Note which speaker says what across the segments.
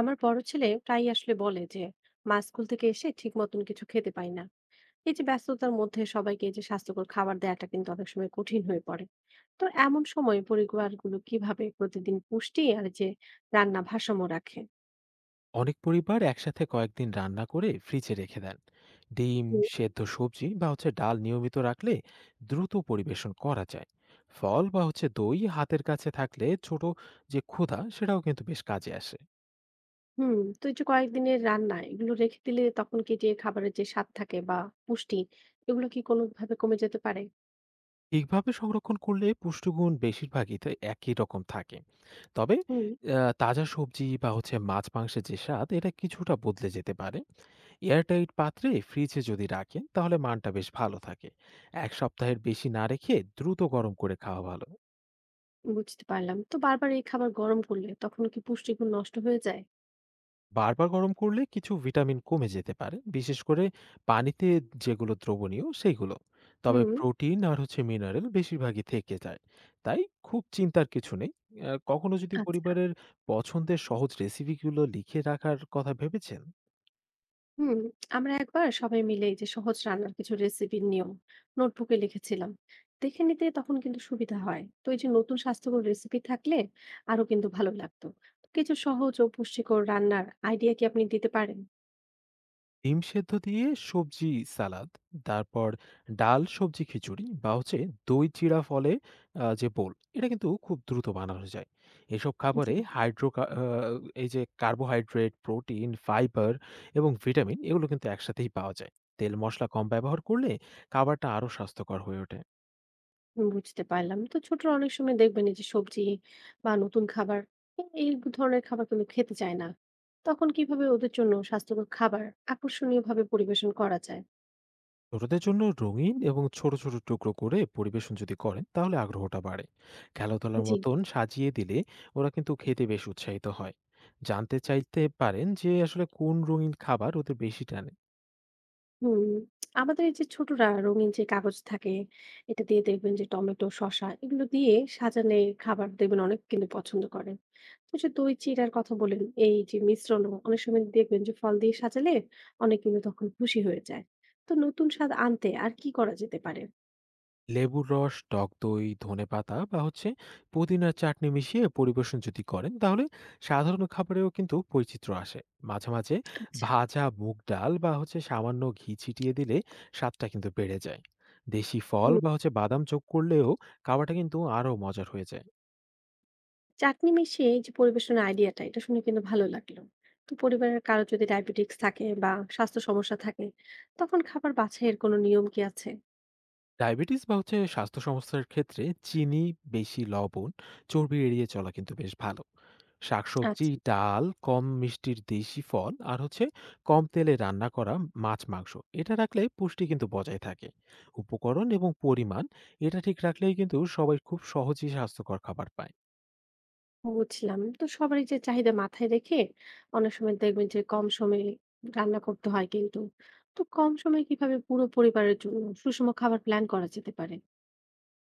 Speaker 1: আমার বড় ছেলে প্রায়ই আসলে বলে যে মা স্কুল থেকে এসে ঠিক মতন কিছু খেতে পায় না। এই যে ব্যস্ততার মধ্যে সবাইকে এই যে স্বাস্থ্যকর খাবার দেওয়াটা কিন্তু অনেক সময় কঠিন হয়ে পড়ে। তো এমন সময় পরিবারগুলো কিভাবে প্রতিদিন পুষ্টি আর যে রান্না ভারসাম্য রাখে?
Speaker 2: অনেক পরিবার একসাথে কয়েকদিন রান্না করে ফ্রিজে রেখে দেন। ডিম
Speaker 1: হুম।
Speaker 2: সেদ্ধ সবজি বা হচ্ছে ডাল নিয়মিত রাখলে দ্রুত পরিবেশন করা যায়। ফল বা হচ্ছে দই হাতের কাছে থাকলে ছোট যে ক্ষুধা সেটাও কিন্তু বেশ কাজে আসে।
Speaker 1: হুম, তো এই যে কয়েকদিনের রান্না এগুলো রেখে দিলে তখন কি যে খাবারের যে স্বাদ থাকে বা পুষ্টি, এগুলো কি কোনো ভাবে কমে যেতে পারে?
Speaker 2: ঠিকভাবে সংরক্ষণ করলে পুষ্টিগুণ বেশিরভাগই তো একই রকম থাকে। তবে
Speaker 1: হুম।
Speaker 2: তাজা সবজি বা হচ্ছে মাছ মাংসের যে স্বাদ এটা কিছুটা বদলে যেতে পারে। এয়ারটাইট পাত্রে ফ্রিজে যদি রাখেন তাহলে মানটা বেশ ভালো থাকে। এক সপ্তাহের বেশি না রেখে দ্রুত গরম করে খাওয়া ভালো।
Speaker 1: বুঝতে পারলাম, তো বারবার এই খাবার গরম করলে তখন কি পুষ্টিগুণ নষ্ট হয়ে যায়?
Speaker 2: বারবার গরম করলে কিছু ভিটামিন কমে যেতে পারে, বিশেষ করে পানিতে যেগুলো দ্রবণীয় সেইগুলো। তবে
Speaker 1: হুম।
Speaker 2: প্রোটিন আর হচ্ছে মিনারেল বেশিরভাগই থেকে যায়। তাই খুব চিন্তার কিছু নেই। কখনো যদি
Speaker 1: আচ্ছা।
Speaker 2: পরিবারের পছন্দের সহজ রেসিপিগুলো লিখে রাখার কথা ভেবেছেন?
Speaker 1: হুম। আমরা একবার সবাই মিলে এই যে সহজ রান্নার কিছু রেসিপির নিয়ম নোটবুকে লিখেছিলাম। দেখে নিতে তখন কিন্তু সুবিধা হয়। তো এই যে নতুন স্বাস্থ্যকর রেসিপি থাকলে আরো কিন্তু ভালো লাগতো। তো কিছু সহজ ও পুষ্টিকর রান্নার আইডিয়া কি আপনি দিতে পারেন?
Speaker 2: ডিম সেদ্ধ দিয়ে সবজি সালাদ, তারপর ডাল সবজি খিচুড়ি বা হচ্ছে দই চিড়া ফলে যে বোল, এটা কিন্তু খুব দ্রুত বানানো যায়। এসব
Speaker 1: জি।
Speaker 2: খাবারে এই যে কার্বোহাইড্রেট, প্রোটিন, ফাইবার এবং ভিটামিন এগুলো কিন্তু একসাথেই পাওয়া যায়। তেল মশলা কম ব্যবহার করলে খাবারটা আরো স্বাস্থ্যকর হয়ে ওঠে।
Speaker 1: বুঝতে পারলাম, তো ছোটরা অনেক সময় দেখবেন এই যে সবজি বা নতুন খাবার, এই ধরনের খাবার কিন্তু খেতে চায় না। তখন কিভাবে ওদের জন্য স্বাস্থ্যকর খাবার আকর্ষণীয় ভাবে পরিবেশন করা যায়?
Speaker 2: ছোটদের জন্য রঙিন এবং ছোট ছোট টুকরো করে পরিবেশন যদি করেন তাহলে আগ্রহটা বাড়ে। খেলাধুলার
Speaker 1: জি।
Speaker 2: মতন সাজিয়ে দিলে ওরা কিন্তু খেতে বেশ উৎসাহিত হয়। জানতে চাইতে পারেন যে আসলে কোন রঙিন খাবার ওদের বেশি টানে।
Speaker 1: হুম, আমাদের এই যে ছোটরা রঙিন যে কাগজ থাকে এটা দিয়ে দেখবেন যে টমেটো শসা এগুলো দিয়ে সাজালে খাবার দেখবেন অনেক কিন্তু পছন্দ করেন। তো যে দই চিড়ার কথা বলেন এই যে মিশ্রণ অনেক সময় দেখবেন যে ফল দিয়ে সাজালে অনেক কিন্তু তখন খুশি হয়ে যায়। তো নতুন স্বাদ আনতে আর কি করা যেতে পারে?
Speaker 2: লেবুর রস, টক দই, ধনেপাতা বা হচ্ছে পুদিনার চাটনি মিশিয়ে পরিবেশন যদি করেন তাহলে সাধারণ খাবারেও কিন্তু বৈচিত্র্য আসে। মাঝে, মাঝে
Speaker 1: আচ্ছা।
Speaker 2: ভাজা মুগ ডাল বা হচ্ছে সামান্য ঘি ছিটিয়ে দিলে স্বাদটা কিন্তু বেড়ে যায়। দেশি ফল
Speaker 1: হুম,
Speaker 2: বা হচ্ছে বাদাম যোগ করলেও খাবারটা কিন্তু আরো মজার হয়ে যায়।
Speaker 1: চাটনি মিশিয়ে এই যে পরিবেশনের আইডিয়াটা এটা শুনে কিন্তু ভালো লাগলো। তো পরিবারের কারো যদি ডায়াবেটিস থাকে বা স্বাস্থ্য সমস্যা থাকে, তখন খাবার বাছাইয়ের কোনো নিয়ম কি আছে?
Speaker 2: ডায়াবেটিস বা হচ্ছে স্বাস্থ্য সমস্যার ক্ষেত্রে চিনি, বেশি লবণ, চর্বি এড়িয়ে চলা কিন্তু বেশ ভালো। শাকসবজি,
Speaker 1: আচ্ছা।
Speaker 2: ডাল, কম মিষ্টির দেশি ফল আর হচ্ছে কম তেলে রান্না করা মাছ মাংস এটা রাখলে পুষ্টি কিন্তু বজায় থাকে। উপকরণ এবং পরিমাণ এটা ঠিক রাখলেই কিন্তু সবাই খুব সহজেই স্বাস্থ্যকর খাবার পায়।
Speaker 1: বুঝলাম। তো সবারই যে চাহিদা মাথায় রেখে অনেক সময় দেখবেন যে কম সময়ে রান্না করতে হয় কিন্তু। তো কম সময়ে কিভাবে পুরো পরিবারের জন্য সুষম খাবার প্ল্যান করা যেতে পারে?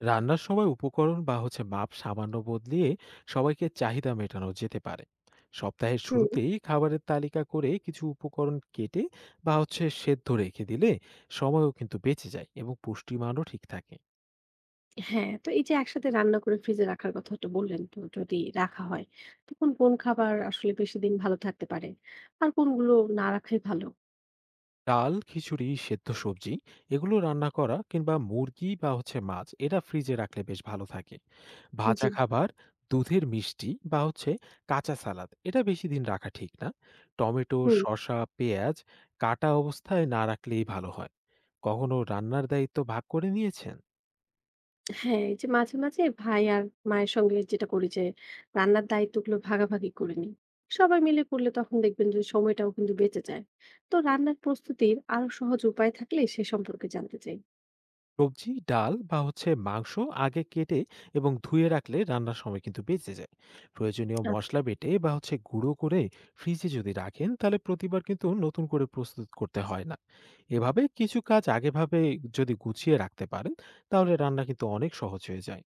Speaker 2: রান্নার সময় উপকরণ বা হচ্ছে মাপ সামান্য বদলিয়ে সবাইকে চাহিদা মেটানো যেতে পারে। সপ্তাহের
Speaker 1: হুম।
Speaker 2: শুরুতেই খাবারের তালিকা করে কিছু উপকরণ কেটে বা হচ্ছে সেদ্ধ রেখে দিলে সময়ও কিন্তু বেঁচে যায় এবং পুষ্টিমানও ঠিক থাকে।
Speaker 1: হ্যাঁ, তো এই যে একসাথে রান্না করে ফ্রিজে রাখার কথাটা বললেন, তো যদি রাখা হয়, তখন কোন খাবার আসলে বেশি দিন ভালো থাকতে পারে? আর কোনগুলো না রাখাই ভালো?
Speaker 2: ডাল, খিচুড়ি, সেদ্ধ সবজি এগুলো রান্না করা কিংবা মুরগি বা হচ্ছে মাছ এটা ফ্রিজে রাখলে বেশ ভালো থাকে। ভাজা
Speaker 1: জি।
Speaker 2: খাবার, দুধের মিষ্টি বা হচ্ছে কাঁচা সালাদ এটা বেশি দিন রাখা ঠিক না। টমেটো,
Speaker 1: হুম।
Speaker 2: শসা, পেঁয়াজ কাটা অবস্থায় না রাখলেই ভালো হয়। কখনো রান্নার দায়িত্ব ভাগ করে নিয়েছেন?
Speaker 1: হ্যাঁ, এই যে মাঝে, মাঝে ভাই আর মায়ের সঙ্গে যেটা করি যে রান্নার দায়িত্বগুলো ভাগাভাগি করে নিই। সবাই মিলে করলে তখন দেখবেন যে সময়টাও কিন্তু বেঁচে যায়। তো রান্নার প্রস্তুতির আরো সহজ উপায় থাকলে সে সম্পর্কে জানতে চাই।
Speaker 2: সবজি, ডাল বা হচ্ছে মাংস আগে কেটে এবং ধুয়ে রাখলে রান্নার সময় কিন্তু বেঁচে যায়। প্রয়োজনীয়
Speaker 1: আচ্ছা।
Speaker 2: মশলা বেটে বা হচ্ছে গুঁড়ো করে ফ্রিজে যদি রাখেন তাহলে প্রতিবার কিন্তু নতুন করে প্রস্তুত করতে হয় না। এভাবে কিছু কাজ আগেভাবে যদি গুছিয়ে রাখতে পারেন তাহলে রান্না কিন্তু অনেক সহজ হয়ে যায়।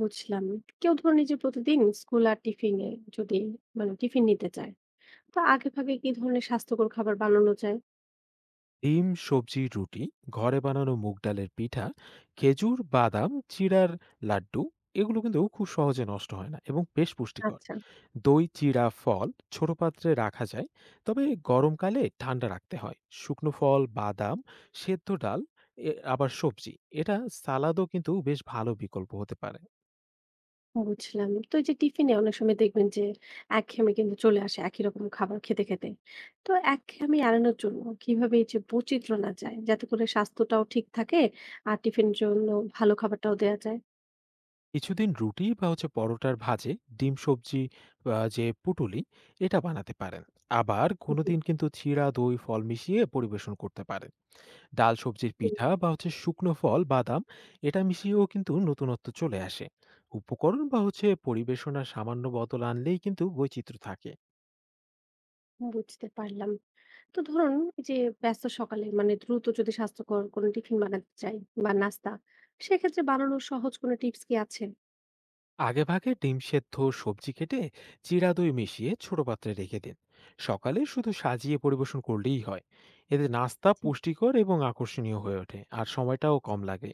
Speaker 1: বুঝলাম। কেউ ধরুন এই যে প্রতিদিন স্কুল আর টিফিনে যদি মানে টিফিন নিতে চায়, তো আগে ভাগে কি ধরনের স্বাস্থ্যকর খাবার বানানো যায়?
Speaker 2: ডিম, সবজি, রুটি, ঘরে বানানো মুগ ডালের পিঠা, খেজুর বাদাম চিড়ার লাড্ডু, এগুলো কিন্তু খুব সহজে নষ্ট হয় না এবং বেশ পুষ্টিকর।
Speaker 1: আচ্ছা।
Speaker 2: দই চিড়া ফল ছোট পাত্রে রাখা যায়, তবে গরমকালে ঠান্ডা রাখতে হয়। শুকনো ফল, বাদাম, সেদ্ধ ডাল, এ আবার সবজি, এটা সালাদও কিন্তু বেশ ভালো বিকল্প হতে পারে।
Speaker 1: বুঝলাম। তো এই যে টিফিনে অনেক সময় দেখবেন যে একঘেয়েমি কিন্তু চলে আসে একই রকম খাবার খেতে, খেতে। তো একঘেয়েমি এড়ানোর জন্য কিভাবে এই যে বৈচিত্র্য না যায় যাতে করে স্বাস্থ্যটাও ঠিক থাকে আর টিফিনের জন্য ভালো খাবারটাও দেয়া যায়?
Speaker 2: কিছুদিন রুটি বা হচ্ছে পরোটার ভাজে ডিম সবজি বা যে পুটুলি, এটা বানাতে পারেন। আবার
Speaker 1: জি,
Speaker 2: কোনোদিন কিন্তু চিড়া দই ফল মিশিয়ে পরিবেশন করতে পারেন। ডাল সবজির
Speaker 1: হুম,
Speaker 2: পিঠা বা হচ্ছে শুকনো ফল বাদাম এটা মিশিয়েও কিন্তু নতুনত্ব চলে আসে। উপকরণ বা হচ্ছে পরিবেশনার সামান্য বদল আনলেই কিন্তু বৈচিত্র্য থাকে।
Speaker 1: বুঝতে পারলাম। তো ধরুন এই যে ব্যস্ত সকালে মানে দ্রুত যদি স্বাস্থ্যকর কোনো টিফিন বানাতে চাই বা নাস্তা, সেক্ষেত্রে বানানোর সহজ কোনো টিপস কি আছে?
Speaker 2: আগে ভাগে ডিম সেদ্ধ, সবজি কেটে, চিরা দই মিশিয়ে ছোট পাত্রে রেখে দিন। সকালে শুধু সাজিয়ে পরিবেশন করলেই হয়। এতে নাস্তা পুষ্টিকর এবং আকর্ষণীয় হয়ে ওঠে আর সময়টাও কম লাগে।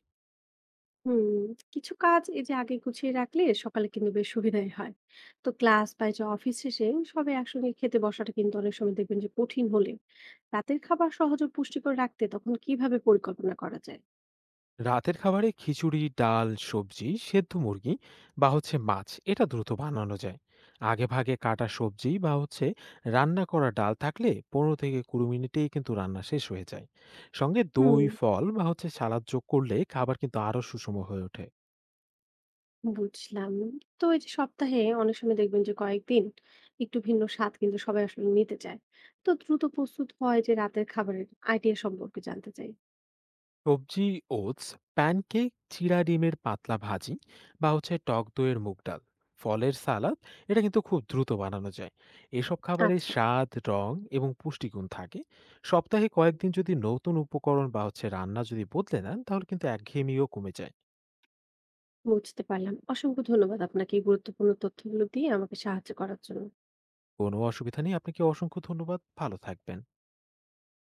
Speaker 1: হুম। কিছু কাজ এই যে আগে গুছিয়ে রাখলে সকালে কিন্তু বেশ সুবিধাই হয়। তো ক্লাস বা এই যে অফিস শেষে সবাই একসঙ্গে খেতে বসাটা কিন্তু অনেক সময় দেখবেন যে কঠিন হলে রাতের খাবার সহজ ও পুষ্টিকর রাখতে তখন কিভাবে পরিকল্পনা করা যায়?
Speaker 2: রাতের খাবারে খিচুড়ি, ডাল, সবজি, সেদ্ধ মুরগি বা হচ্ছে মাছ এটা দ্রুত বানানো যায়। আগেভাগে কাটা সবজি বা হচ্ছে রান্না করা ডাল থাকলে ১৫-২০ মিনিটেই কিন্তু রান্না শেষ হয়ে যায়। সঙ্গে
Speaker 1: হুম।
Speaker 2: দই, ফল বা হচ্ছে সালাদ যোগ করলে খাবার কিন্তু আরো সুষম হয়ে ওঠে।
Speaker 1: বুঝলাম। তো এই যে সপ্তাহে অনেক সময় দেখবেন যে কয়েকদিন একটু ভিন্ন স্বাদ কিন্তু সবাই আসলে নিতে চায়। তো দ্রুত প্রস্তুত হয় যে রাতের খাবারের আইডিয়া সম্পর্কে জানতে চাই।
Speaker 2: সবজি, ওটস প্যানকেক, চিড়া ডিমের পাতলা ভাজি বা হচ্ছে টক দইয়ের মুগ ডাল, ফলের সালাদ, এটা কিন্তু খুব দ্রুত বানানো যায়। এসব খাবারের
Speaker 1: আচ্ছা।
Speaker 2: স্বাদ, রং এবং পুষ্টিগুণ থাকে। সপ্তাহে কয়েকদিন যদি নতুন উপকরণ বা হচ্ছে রান্না যদি বদলে নেন তাহলে কিন্তু একঘেয়েমিও কমে যায়।
Speaker 1: বুঝতে পারলাম। অসংখ্য ধন্যবাদ আপনাকে এই গুরুত্বপূর্ণ তথ্যগুলো দিয়ে আমাকে সাহায্য করার জন্য।
Speaker 2: কোনো অসুবিধা নেই, আপনাকে অসংখ্য ধন্যবাদ, ভালো থাকবেন।